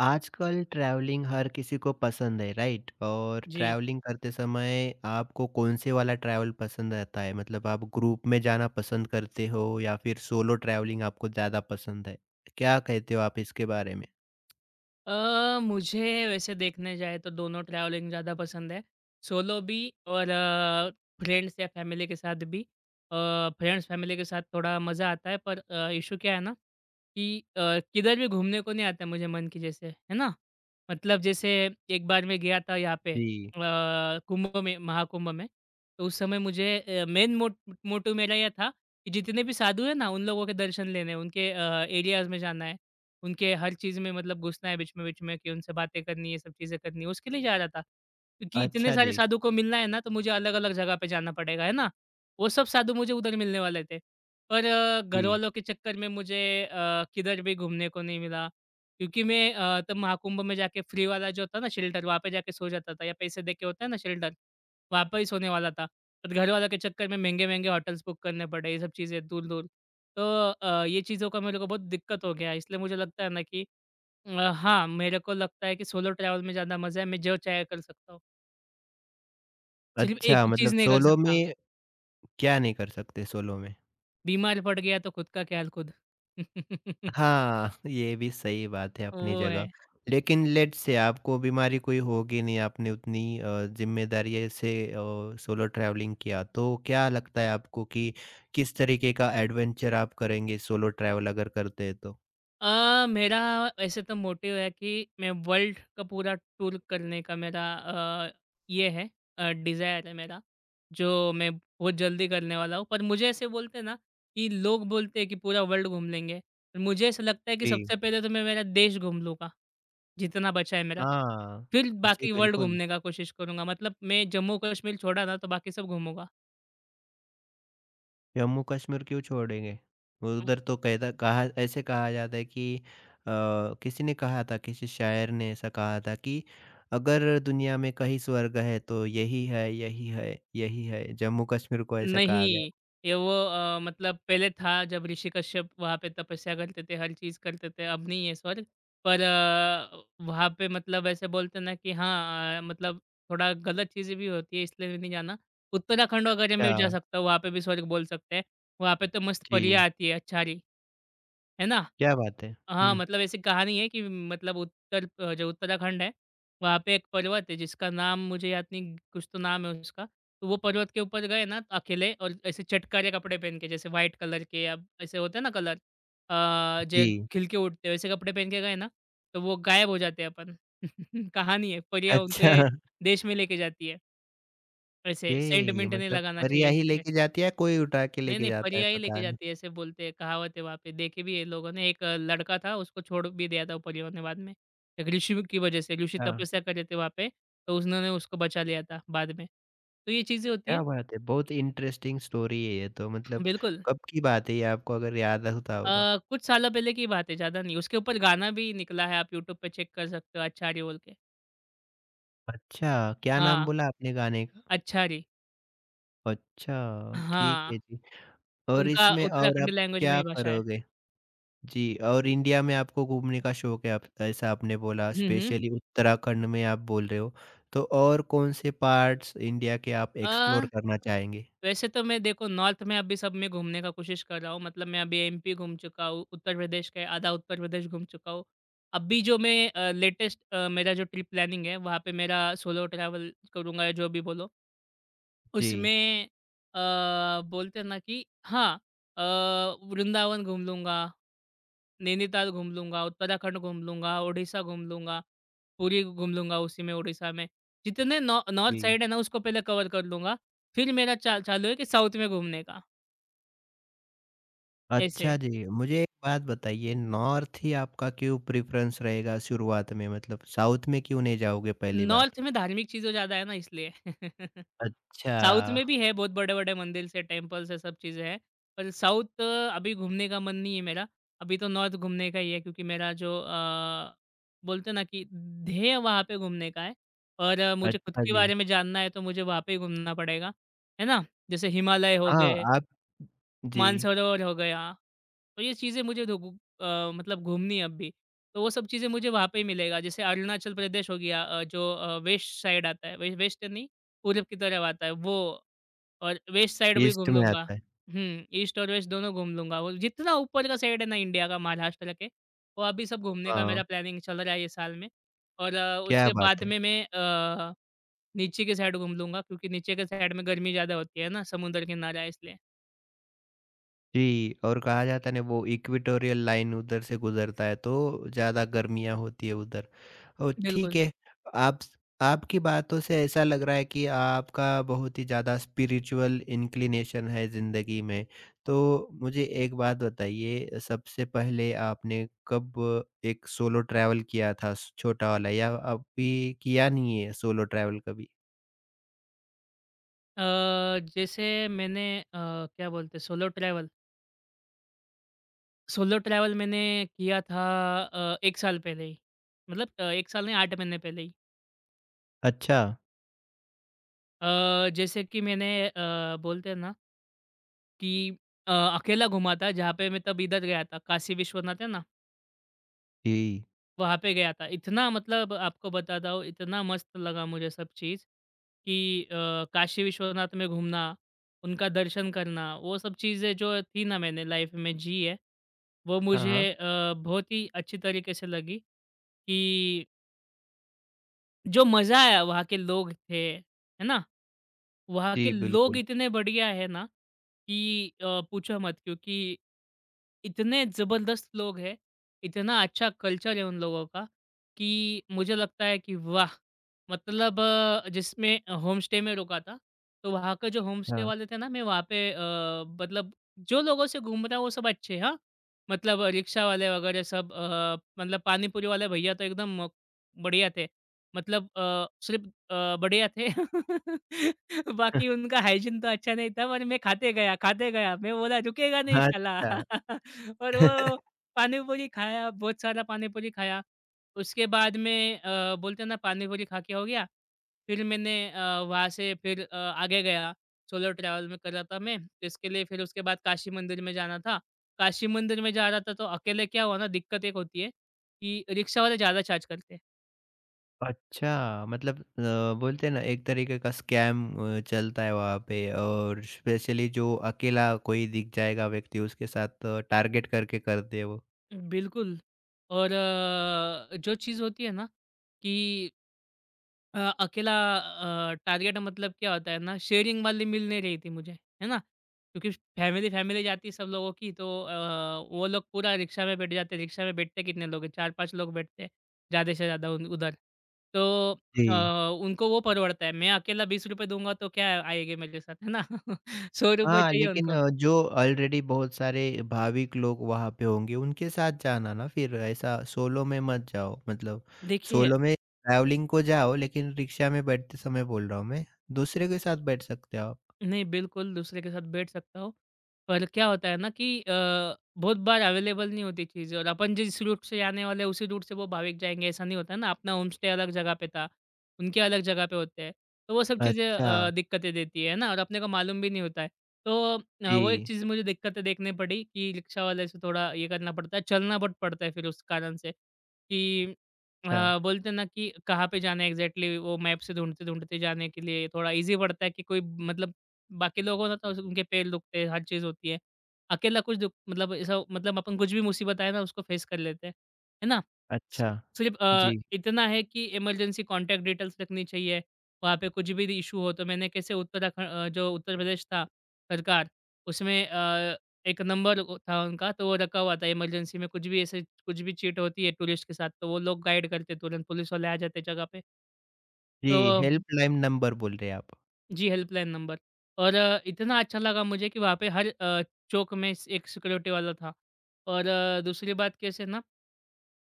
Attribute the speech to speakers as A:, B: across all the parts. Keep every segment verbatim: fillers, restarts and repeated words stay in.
A: आजकल ट्रैवलिंग हर किसी को पसंद है राइट। और
B: जी।
A: ट्रैवलिंग करते समय आपको कौन से वाला ट्रैवल पसंद आता है मतलब आप ग्रुप में जाना पसंद करते हो या फिर सोलो ट्रैवलिंग आपको ज़्यादा पसंद है। क्या कहते हो आप इसके बारे में।
B: अ, मुझे वैसे देखने जाए तो दोनों ट्रैवलिंग ज़्यादा पसंद है। सोलो भी और अ, फ्रेंड्स या फैमिली के साथ भी। अ, फ्रेंड्स फैमिली के साथ थोड़ा मज़ा आता है पर अ, इश्यू क्या है ना कि अ, किधर भी घूमने को नहीं आता मुझे मन की जैसे, है ना? मतलब जैसे एक बार मैं गया था यहाँ पे अ,
A: जी।
B: कुंभ में महाकुंभ में, तो उस समय मुझे अ, मेन मोट मोटिव मेरा ये था कि जितने भी साधु हैं ना, उन लोगों के दर्शन लेने हैं, उनके अ, एरियाज़ में जाना है। उनके हर चीज़ में मतलब घुसना है बीच में, बीच में कि उनसे बातें करनी, ये सब चीज़ें करनी है, उसके लिए जा रहा था। क्योंकि इतने
A: अच्छा
B: सारे
A: जी।
B: साधु को मिलना है ना, तो मुझे अलग-अलग जगह पे जाना पड़ेगा, है ना? वो सब साधु मुझे उधर मिलने वाले थे। पर
A: जी।
B: घरवालों के चक्कर में मुझे अ, किधर भी घूमने को नहीं मिला क्योंकि मैं अ, तब महाकुंभ में जाके फ्री वाला जो था ना शेल्टर, वहाँ पे जाके सो जाता था या पैसे देके होता है ना शेल्टर, वहाँ पे ही सोने वाला था। पर घरवालों के चक्कर में महँगे-महँगे होटल्स बुक करने पड़े, ये सब चीज़ें दूर-दूर। तो अ, ये चीज़ों का मेरे को बहुत दिक्कत हो गया है। इसलिए मुझे लगता है ना कि अ, हाँ, मेरे को लगता है कि सोलो ट्रैवल में ज़्यादा मज़ा है। मैं जो चाहे कर सकता हूँ। सिर्फ़ एक
A: अच्छा
B: ही चीज़
A: मतलब
B: नहीं कर
A: सोलो
B: सकता,
A: में। क्या नहीं कर सकते सोलो में।
B: बीमार पड़ गया तो खुद का ख्याल खुद।
A: हाँ, ये भी सही बात है अपनी
B: वो है।
A: जगह। लेकिन लेट्स से आपको बीमारी कोई होगी नहीं, आपने उतनी अ, ज़िम्मेदारी से अ, सोलो ट्रैवलिंग किया, तो क्या लगता है आपको कि किस तरीके का एडवेंचर आप करेंगे सोलो ट्रैवल अगर करते हैं तो?
B: अ, मेरा ऐसे तो मोटिव है कि मैं वर्ल्ड का पूरा टूर करने का मेरा अ, ये है अ, डिज़ायर है मेरा, जो मैं बहुत जल्दी करने वाला हूँ। पर मुझे ऐसे बोलते हैं ना कि लोग बोलते हैं कि पूरा वर्ल्ड घूम लेंगे। पर मुझे ऐसा लगता है कि
A: जी।
B: सबसे पहले तो मैं मेरा देश घूम लूँगा, जितना बचा है मेरा।
A: हाँ।
B: फिर
A: जी,
B: बाकी वर्ल्ड
A: बिल्कुल।
B: घूमने का कोशिश करूँगा। मतलब मैं जम्मू कश्मीर छोड़ा ना तो बाकी सब घूमूँगा।
A: जम्मू कश्मीर क्यों छोड़ेंगे? उधर तो कहता कहा ऐसे कहा जाता है कि अ, किसी ने कहा था किसी शायर ने ऐसा कहा था कि अगर दुनिया में कहीं स्वर्ग है तो यही है, यही है, यही है। जम्मू कश्मीर को ऐसा कहा गया।
B: नहीं, ये वो अ, मतलब पहले था जब ऋषि कश्यप वहाँ पे तपस्या करते थे, हर चीज़ करते थे, अब नहीं है स्वर्ग। पर अ, वहाँ पे मतलब ऐसे बोलते हैं ना कि हाँ अ, मतलब थोड़ा गलत चीज़ें भी होती है इसलिए नहीं जाना। उत्तराखंड वगैरह में भी
A: अच्छा।
B: जा सकता हूँ, वहाँ पे भी स्वर्ग बोल सकते हैं। वहाँ पे तो मस्त परियाँ
A: जी।
B: आती है अच्छारी, है ना?
A: क्या बात है।
B: हाँ,
A: हुँ।
B: मतलब ऐसी कहानी है कि मतलब उत्तर अ, जो उत्तराखंड है, वहाँ पे एक पर्वत है जिसका नाम मुझे याद नहीं कुछ तो नाम है उसका। तो वो पर्वत के ऊपर गए ना तो अकेले और ऐसे चटकारे कपड़े पहन के जैसे व्हाइट कलर के या ऐसे होते हैं ना कलर अ, जो
A: जी।
B: खिल के उठते हैं वैसे कपड़े पहन के गए ना, तो वो गायब हो जाते हैं अपन। कहानी है, परियाँ
A: अच्छा।
B: उनके देश में लेके जाती है। ऐसे
A: ओके
B: सेंट-मिंट नहीं
A: मतलब
B: लगाना
A: परियां ही
B: चाहिए
A: लेके जाती है, कोई उठा के
B: नहीं,
A: लेके
B: नहीं,
A: जाता है
B: परियां ही लेके
A: पता नहीं।
B: जाती है, ऐसे बोलते हैं, कहावत है वहाँ पे। देखी भी है लोगों ने, एक अ, लड़का था, उसको छोड़ भी दिया था वो परियों ने बाद में। एक ऋषि की वजह से, ऋषि
A: हाँ,
B: तपस्या कर रहे थे वहाँ पे, तो उन्होंने उसको बचा लिया था बाद में। तो ये चीज़ें होती
A: क्या
B: है
A: बात है। बहुत इंटरेस्टिंग स्टोरी है ये तो मतलब
B: बिल्कुल।
A: कब की बात है ये आपको अगर याद होता
B: अ,
A: होगा?
B: कुछ सालों पहले की बात है, ज़्यादा नहीं। उसके ऊपर गाना भी निकला है, आप यूट्यूब पे चेक कर सकते हो, "अच्छा रे" बोल के।
A: अच्छा, क्या नाम
B: हाँ,
A: बोला आपने गाने का?
B: "अच्छा रे"
A: अच्छा, ठीक
B: हाँ,
A: है जी। और
B: उनका
A: इसमें और
B: उत्तराखंडी
A: आप
B: लैंग्वेज में
A: क्या
B: ही भाषा है।
A: करोगे? जी, और इंडिया में आपको घूमने का शौक है आप ऐसा आपने बोला
B: हुँ, हुँ।
A: स्पेशली उत्तराखंड में आप बोल रहे हो, तो और कौन से पार्ट्स इंडिया के आप
B: अ
A: एक्सप्लोर करना चाहेंगे?
B: वैसे तो मैं देखो नॉर्थ में अभी सब में घूमने का कोशिश कर रहा हूँ मतलब मैं अभी एमपी घूम चुका हूँ उत्तर प्रदेश का आधा उत्तर प्रदेश घूम चुका हूँ अभी जो मैं लेटेस्ट मेरा जो ट्रिप प्लानिंग है वहाँ पे मेरा सोलो ट्रैवल करूँगा या जो भी बोलो
A: जी।
B: उसमें अ, बोलते हैं ना कि हाँ अ, वृंदावन घूम लूँगा नैनीताल घूम लूँगा उत्तराखंड घूम लूँगा उड़ीसा घूम लूँगा पूरी घूम लूँगा उसी में उड़ीसा में जितने नॉर्थ
A: जी।
B: साइड है ना उसको पहले कवर कर लूँगा फिर मेरा चा, चालू है कि साउथ में घूमने का ऐसे।
A: अच्छा जी, मुझे एक बात बताइए नॉर्थ ही आपका क्यों प्रेफ़रेंस रहेगा शुरुआत में मतलब साउथ में क्यों नहीं जाओगे पहली बार?
B: नॉर्थ में धार्मिक चीज़ें ज़्यादा है ना इसलिए। साउथ में
A: अच्छा।
B: भी है बहुत बड़े-बड़े मंदिर्स है, टेम्पल्स है, सब चीज़ें हैं। पर साउथ अभी घूमने का मन नहीं है मेरा। अभी तो नॉर्थ घूमने का ही है क्योंकि मेरा जो अ, बोलते हैं ना कि ध्येय वहाँ पे घूमने का है और अ, मुझे खुद
A: अच्छा
B: के
A: जी।
B: बारे में जानना है तो मुझे वहाँ पे ही घूमना पड़ेगा। है ना? जैसे हिमालय हो
A: हाँ।
B: गए,
A: आप। जी।
B: मानसरोवर हो गया। तो ये चीज़ें मुझे धो घू अ, मतलब घूमनी है अब भी। तो वो सब चीज़ें मुझे वहाँ पे ही मिलेगा। जैसे अरुणाचल प्रदेश हो गया अ, जो अ, वेस्ट साइड आता है, वे वेस्ट नहीं, पूरब की तरफ आता है वो और वेस्ट साइड भी घूम
A: ईस्ट में
B: लूँगा।
A: आता है।
B: हुँ, ईस्ट और वेस्ट दोनों घूम लूँगा। वो जितना ऊपर का साइड है ना इंडिया का, महाराष्ट्र के, वो अभी सब घूमने का
A: हाँ,
B: मेरा प्लानिंग चल रहा है ये साल में। और अ,
A: क्या
B: उसके
A: बात
B: बाद
A: है!
B: में मैं अ, नीचे के साइड घूम लूँगा क्योंकि नीचे के साइड में गर्मी ज़्यादा होती है ना, समुद्र किनारा है इसलिए।
A: जी, और कहा जाता है ना वो इक्वेटोरियल लाइन उधर से गुज़रता है तो ज़्यादा गर्मियाँ होती है उधर। ओ ठीक
B: बिल्कुल।
A: है। आप आपकी बातों से ऐसा लग रहा है कि आपका बहुत ही ज़्यादा स्पिरिचुअल इंक्लिनेशन है ज़िंदगी में। तो मुझे एक बात बताइए सबसे पहले आपने कब एक सोलो ट्रैवल किया था स छोटा वाला या अभी किया नहीं है सोलो ट्रैवल कभी?
B: अ, जैसे मैंने अ, क्या बोलते हैं सोलो ट्रैवल सोलो ट्रैवल मैंने किया था अ, एक साल पहले ही मतलब अ, एक साल नहीं आठ महीने पहले ही।
A: अच्छा।
B: अ, जैसे कि मैंने अ, बोलते हैं ना कि अ, अकेला घूमा था जहाँ पे मैं तब इधर गया था काशी विश्वनाथ है ना
A: जी।
B: वहाँ पे गया था। इतना मतलब आपको बताता हूँ, इतना मस्त लगा मुझे सब चीज़ कि अ, काशी विश्वनाथ में घूमना, उनका दर्शन करना, वो सब चीज़ें जो थी ना मैंने लाइफ में जी है, वो
A: हाँ,
B: मुझे
A: हाँ।
B: अ, बहुत ही अच्छी तरीके से लगी कि जो मज़ा आया वहाँ के लोग थे, है ना? वहाँ के
A: जी,
B: लोग
A: बिल्कुल।
B: इतने बढ़िया है ना कि अ, पूछो मत क्योंकि इतने ज़बरदस्त लोग हैं, इतना अच्छा कल्चर है उन लोगों का कि मुझे लगता है कि वाह! मतलब अ, जिसमें होम स्टे में रुका था, तो वहाँ का जो होम स्टे
A: हाँ।
B: वाले थे ना मैं वहाँ पे अ, मतलब जो लोगों से घूम रहा वो सब अच्छे हाँ, मतलब रिक्शा वाले वगैरह सब अ, मतलब पानी पूरी वाले भैया तो एकदम अ, बढ़िया थे। मतलब अ, सिर्फ अ, बढ़िया थे। बाकी उनका हाइजीन तो अच्छा नहीं था पर मैं खाते गया, खाते गया। मैं बोला रुकेगा नहीं साला।
A: अच्छा।
B: और वो पानी पूरी खाया, बहुत सारा पानी पूरी खाया। उसके बाद में अ, बोलते हैं ना पानी पूरी खा के हो गया। फिर मैंने अ, वहाँ से फिर अ, आगे गया। सोलो ट्रैवल में कर रहा था मैं। तो इसके लिए फिर उसके बाद काशी मंदिर में जाना था। काशी मंदिर में जा रहा था तो अकेले क्या हुआ ना दिक्कत एक होती है कि रिक्शा वाले ज़्यादा चार्ज करते हैं।
A: अच्छा, मतलब अ, बोलते हैं ना एक तरीके का स्कैम अ, चलता है वहाँ पे और स्पेशली जो अकेला कोई दिख जाएगा व्यक्ति उसके साथ टारगेट करके करते हैं वो।
B: बिल्कुल और अ, जो चीज़ होती है ना कि अ, अकेला अ, टारगेट मतलब क्या होता है ना शेयरिंग वाली मिल नहीं रही थी मुझे, है ना? क्योंकि फैमिली फैमिली जाती है सब लोगों की तो अ, वो लोग पूरा रिक्शा में बैठ जाते हैं। रिक्शा में बैठते कितने लोग हैं? चार पाँच लोग बैठते हैं ज़्यादा से ज़्यादा उन उधर। तो
A: जी।
B: अ, उनको वो परवड़ता है। मैं अकेला ₹बीस रुपये दूँगा तो क्या आएगी मेरे साथ, है ना? ₹सौ रुपये
A: हाँ,
B: चाहिए
A: लेकिन
B: उनको।
A: अ, जो ऑलरेडी बहुत सारे भाविक लोग वहाँ पे होंगे उनके साथ जाना ना फिर ऐसा सोलो में मत जाओ मतलब
B: देखिए
A: सोलो में ट्रैवलिंग को जाओ लेकिन रिक्शा में बैठते समय बोल रहा हूँ मैं, दूसरे के साथ बैठ सकते हो आप।
B: नहीं, बिल्कुल दूसरे के साथ बैठ सकता हूँ। पर क्या होता है ना कि अ, बहुत बार अवेलेबल नहीं होती चीज़ें और अपन जिस रूट से जाने वाले हैं, उसी रूट से वो भाविक जाएँगे, ऐसा नहीं होता ना। अपना होम स्टे अलग जगह पे था, उनके अलग जगह पे होते हैं। तो वो सब चीज़ें
A: अच्छा।
B: अ, दिक्कतें देती है ना और अपने को मालूम भी नहीं होता है। तो अ, वो एक
A: जी।
B: चीज़ मुझे दिक्कतें देखनी पड़ी कि रिक्शा वाले से थोड़ा ये करना पड़ता है, चलना बहुत पड़ता है फिर उस कारण से कि
A: अच्छा।
B: अ, बोलते हैं ना कि कहाँ पे जाना है एग्ज़ैक्टली वो मैप से ढूँढते-ढूँढते जाने के लिए थोड़ा ईज़ी पड़ता है कि कोई मतलब बाकी लोगों ना तो उनके पैर दुखते हैं, हर चीज़ होती है। अकेला कुछ दुख मतलब ऐसा मतलब अपन कुछ भी मुसीबत आए ना उसको फेस कर लेते हैं, है ना? सि
A: अच्छा।
B: सिर्फ़ अ,
A: जी।
B: इतना है कि इमरजेंसी कॉन्टैक्ट डिटेल्स रखनी चाहिए, वहाँ पे कुछ भी इश्यू हो तो मैंने कैसे उत्तराखंड अ, जो उत्तर प्रदेश था सरकार उसमें अ, एक नंबर वो था उनका तो वो रखा हुआ था इमरजेंसी में कुछ भी ऐसे कुछ भी चीट होती है टूरिस्ट के साथ तो वो लोग गाइड करते तुरंत पुलिस वाले आ जाते जगह पे।
A: जी,
B: तो
A: हेल्पलाइन नंबर बोल रहे हैं आप।
B: जी, हेल्पलाइन नंबर। और अ, इतना अच्छा लगा मुझे कि वहाँ पे हर अ, चौक में एक सिक्योरिटी वाला था और अ, दूसरी बात कैसे ना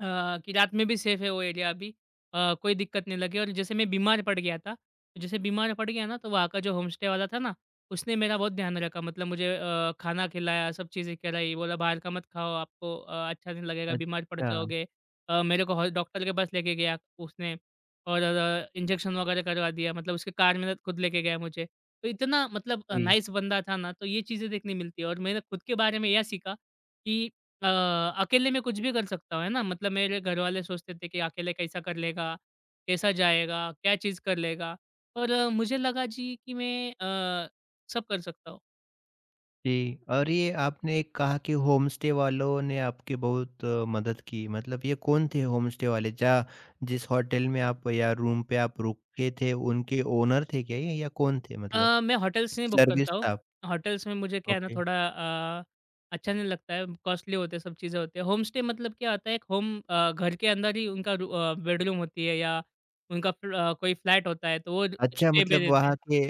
B: अ, कि रात में भी सेफ है वो एरिया अभी। अ, कोई दिक्कत नहीं लगी और जैसे मैं बीमार पड़ गया था, तो जैसे बीमार पड़ गया ना तो वहाँ का जो होम स्टे वाला था ना, उसने मेरा बहुत ध्यान रखा मतलब मुझे अ, खाना खिलाया, सब चीज़ें कराई, बोला बाहर का मत खाओ आपको अ, अच्छा नहीं लगेगा, बीमार पड़
A: अच्छा।
B: जाओगे। अ, मेरे को हॉ डॉक्टर के पास लेके गया उसने और अ, इंजेक्शन वगैरह करवा दिया मतलब उसके कार में खुद लेके गया मुझे। तो इतना मतलब अ,
A: जी।
B: नाइस बंदा था ना, तो ये चीज़ें देखने मिलती है और मैंने खुद के बारे में यह सीखा कि अ, अकेले में कुछ भी कर सकता हूँ, है ना? मतलब मेरे घरवाले सोचते थे कि अकेले कैसा कर लेगा? कैसा जाएगा? क्या चीज़ कर लेगा? और अ, मुझे लगा जी कि मैं अ, सब कर सकता हूँ।
A: जी और ये आपने कहा कि होमस्टे वालों ने आपकी बहुत अ, मदद की, मतलब ये कौन थे होमस्टे वाले? जहाँ जिस होटल में आप या रूम पे आप रुके थे, उनके ओनर थे क्या ये या कौन थे मतलब?
B: अ, मैं होटल्स नहीं बुक
A: सर्विस
B: करता हूँ।
A: स्टाफ।
B: होटल्स में मुझे क्या है ना
A: ओके।
B: थोड़ा अ, अच्छा नहीं लगता है, कॉस्टली होते हैं, सब चीज़ें होती हैं। होम स्टे मतलब क्या होता है, एक होम अ, घर के अंदर ही उनका रू अ, बेडरूम होती है या उनका फ्ल अ, कोई फ्लैट होता है, तो वो
A: अच्छा
B: स्टे पे
A: मतलब
B: देते हैं।
A: वहाँ के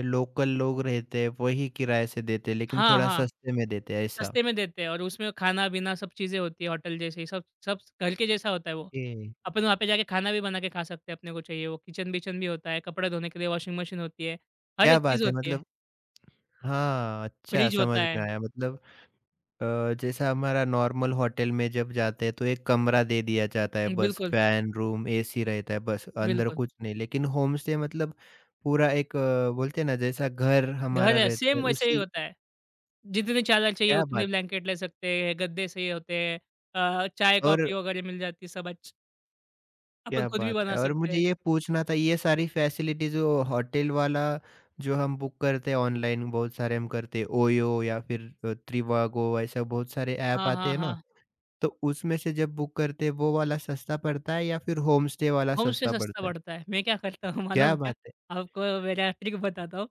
A: अ, लोकल लोग रहते हैं, वही किराए से देते हैं, लेकिन
B: हाँ,
A: थोड़ा
B: हाँ।
A: सस्ते में देते हैं, ऐसा?
B: सस्ते में देते हैं और उसमें खाना-पीना सब चीज़ें होती है होटल जैसी। सब सब घर के जैसा होता है वो।
A: ओके,
B: अपन वहाँ पे जाके खाना भी बना के खा सकते हैं अपने को चाहिए वो, किचन-विचन भी होता है, कपड़े धोने के लिए वॉशिंग मशीन होती है, हर
A: क्या
B: एक चीज़
A: बात है!
B: होती है,
A: मतलब हाँ, अच्छा
B: फ्रिज
A: समझ
B: होता है।
A: में आया मतलब अ, जैसा हमारा नॉर्मल होटल में जब जाते हैं तो एक कमरा दे दिया जाता है बस
B: बिल्कुल,
A: फैन रूम एसी रहता है बस अंदर
B: बिल्कुल।
A: कुछ नहीं लेकिन होम स्टे मतलब पूरा एक अ, बोलते हैं ना जैसा घर
B: घर
A: हमारा
B: है
A: रहता है
B: सेम वैसे ही
A: उसी
B: होता है, जितनी चादर चाहिए
A: क्या
B: उतने
A: बात है।
B: ब्लैंकेट ले सकते हैं, गद्दे सही होते हैं। अ, चाय-कॉफ़ी
A: और
B: वगैरह मिल जाती है सब अच्छ अपन
A: क्या
B: खुद भी
A: बात
B: बना
A: है और
B: सकते
A: मुझे
B: हैं।
A: ये पूछना था ये सारी फैसिलिटी जो होटल वाला जो हम बुक करते हैं ऑनलाइन बहुत सारे हम करते हैं ओयो या फिर अ, त्रिवागो ऐसा बहुत सारे ऐप
B: हाँ,
A: आते
B: हाँ,
A: हैं ना,
B: हाँ।
A: तो उसमें से जब बुक करते हैं वो वाला सस्ता पड़ता है या फिर होम स्टे वाला
B: होमस्टे
A: सस्ता
B: सस्ता
A: पड़ता है।
B: पड़ता है। मैं क्या करता हूँ
A: क्या
B: मालूम क्या?
A: बात है!
B: आपको मेरा ट्रिक बताता हूँ।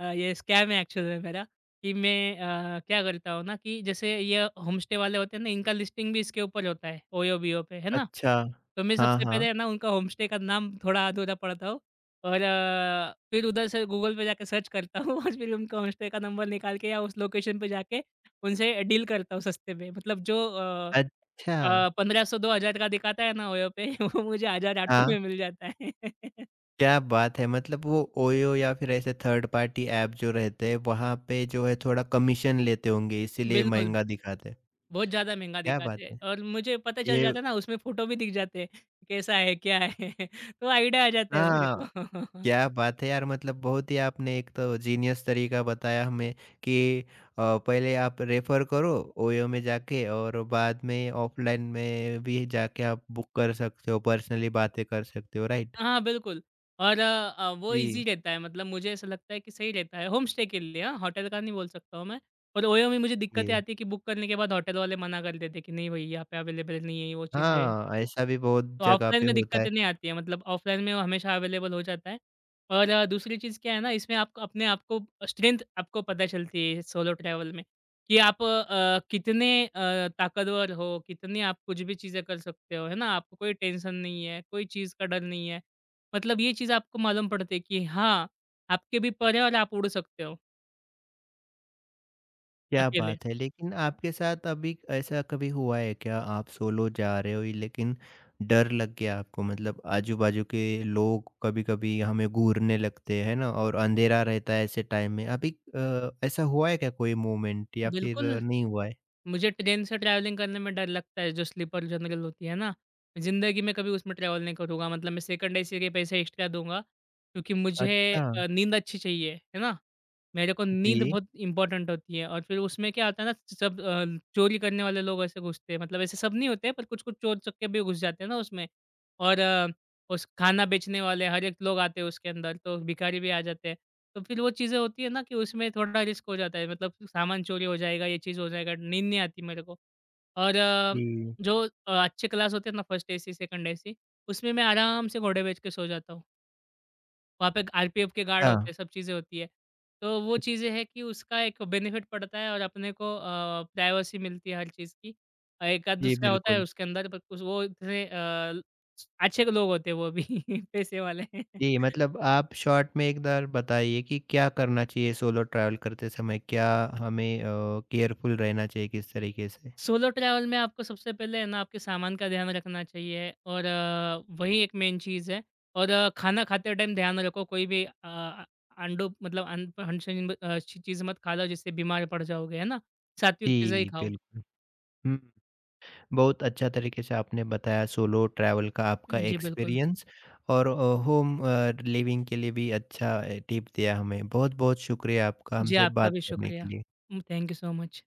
B: अ, ये स्कैम है एक्चुअल में मेरा कि मैं अ, क्या करता हूँ ना कि जैसे ये होमस्टे वाले होते हैं ना, इनका लिस्टिंग भी इसके ऊपर होता है, ओयो-बीओ पे, है ना?
A: अच्छा।
B: तो मैं
A: हाँ,
B: सबसे पहले
A: हाँ।
B: है ना उनका होमस्टे का नाम थोड़ा अधूरा पढ़ता हूँ और अ, फिर उधर से गूगल पे जाके सर्च करता हूँ और फिर उनका होमस्टे का नंबर निकाल के या उस लोकेशन पे जाके उनसे डील करता हूँ सस्ते में। मतलब जो अ
A: अच्छा,
B: अ, पंद्रह सौ दो हज़ार का दिखाता है ना ओयो पे वो मुझे अठारह सौ
A: हाँ,
B: में मिल जाता है।
A: क्या बात है! मतलब वो ओयो या फिर ऐसे थर्ड पार्टी ऐप जो रहते हैं, वहाँ पे जो है थोड़ा कमीशन लेते होंगे, इसीलिए
B: बिल्कुल,
A: महँगा दिखाते हैं।
B: बहुत ज़्यादा महँगा
A: क्या बात
B: दिखाते हैं
A: है!
B: और मुझे पता चल
A: ये
B: जाता है ना उसमें फ़ोटो भी दिख जाते हैं, कि कैसा है, क्या है? तो आइडिया आ जाता है मेरे
A: हाँ,
B: को।
A: क्या बात है यार! मतलब बहुत ही आपने एक तो जीनियस तरीका बताया हमें कि अ, पहले आप रेफर करो ओयो में जाके और बाद में ऑफ़लाइन में भी जाके आप बुक कर सकते हो, पर्सनली बातें कर सकते हो, राइट?
B: हाँ, बिल्कुल। और अ, अ, वो ईज़ी
A: जी।
B: रहता है मतलब मुझे ऐसा लगता है कि सही रहता है, होम स्टे के लिए हाँ, होटल का नहीं बोल सकता हूँ मैं। और ओयो में मुझे दिक्कतें
A: जी।
B: आती है कि बुक करने के बाद होटल वाले मना कर देते हैं कि नहीं भई यहाँ पे अवेलेबल नहीं है, वो चीज़ें।
A: हाँ, ऐसा भी बहुत
B: तो
A: जगह
B: ऑफलाइन
A: पे
B: में
A: होता है।
B: दिक्कतें नहीं आती है मतलब ऑफलाइन में वो हमेशा अवेलेबल हो जाता है। और अ, दूसरी चीज़ क्या है ना इसमें आपको अपने आप को स्ट्रेंथ आपको पता चलती है सोलो ट्रैवल में, कि आप अ, कितने अ, ताकतवर हो, कितने आप कुछ भी चीज़ें कर सकते हो, है ना? आपको कोई टेंशन नहीं है, कोई चीज़ का डर नहीं है। मतलब ये चीज़ आपको मालूम पड़ती है कि हाँ, आपके भी पर है और आप उड़ सकते हो
A: क्या
B: अकेले।
A: बात है! लेकिन आपके साथ अभी ऐसा कभी हुआ है क्या? आप सोलो जा रहे हो ही लेकिन डर लग गया आपको मतलब आजू-बाजू के लोग कभी-कभी हमें घूरने लगते हैं ना और अंधेरा रहता है ऐसे टाइम में। अभी अ, ऐसा हुआ है क्या कोई मोमेंट या फिर
B: बिल्कुल।
A: नहीं हुआ है?
B: मुझे ट्रेन से ट्रैवलिंग करने में डर लगता है, जो स्लीपर जनरल होती है ना, ज़िंदगी में कभी उसमें ट्रैवल नहीं करूँगा। मतलब मैं सेकंड एसी के पैसे एक्स्ट्रा दूँगा क्योंकि मुझे
A: अच्छा।
B: अ, नींद अच्छी चाहिए, है ना? मेरे को नींद
A: जी।
B: बहुत इम्पोर्टेंट होती है और फिर उसमें क्या आता है ना सब अ, चोरी करने वाले लोग ऐसे घुसते हैं मतलब ऐसे सब नहीं होते पर कुछ कुछ चोर चक्के भी घुस जाते हैं ना उसमें और अ, उस खाना बेचने वाले हर एक लोग आते हैं उसके अंदर तो भिखारी भी आ जाते हैं। तो फिर वो चीज़ें होती है ना कि उसमें थोड़ा रिस्क हो जाता है मतलब सामान चोरी हो जाएगा ये चीज़ हो जाएगा नींद नहीं आती मेरे को। और अ,
A: जी।
B: जो अ, अच्छे क्लास होते हैं ना फर्स्ट एसी सेकंड एसी उसमें मैं आराम से घोड़े बेच के सो जाता हूँ। वहाँ पे आरपीएफ के गार्ड
A: हाँ।
B: होते हैं, सब चीज़ें होती है। तो वो चीज़ें हैं कि उसका एक बेनिफिट पड़ता है और अपने को अ, प्राइवेसी मिलती है हर चीज़ की। अ, एक आध
A: जी
B: दूसरा होता है
A: बिल्कुल।
B: उसके अंदर पर कुछ वो इतने अ, अच्छे लोग होते हैं वो भी पैसे वाले। हैं।
A: जी, मतलब आप शॉर्ट में एक बार बताइए कि क्या करना चाहिए सोलो ट्रैवल करते समय? क्या हमें अ, केयरफुल रहना चाहिए किस तरीके से?
B: सोलो ट्रैवल में आपको सबसे पहले है ना आपके सामान का ध्यान रखना चाहिए और अ, वही एक मेन चीज़ है और अ, खाना खाते टाइम ध्यान रखो कोई भी अ अ, अंडों मतलब अन अनसही अ, चीज़ मत खा लो जिससे बीमार पड़ जाओगे, है ना? सात्विक चीज़ें ही
A: जी,
B: खाओ।
A: बिल्कुल। हुँ, बहुत अच्छा तरीके से आपने बताया सोलो ट्रैवल का आपका
B: जी, बिल्कुल।
A: एक्सपीरियंस और अ, होम अ, लिविंग के लिए भी अच्छा अ, टिप दिया हमें। बहुत-बहुत शुक्रिया आपका
B: जी,
A: हमसे
B: आपका
A: बात
B: भी
A: करने
B: शुक्रिया।
A: के लिए।
B: Um, thank you so much.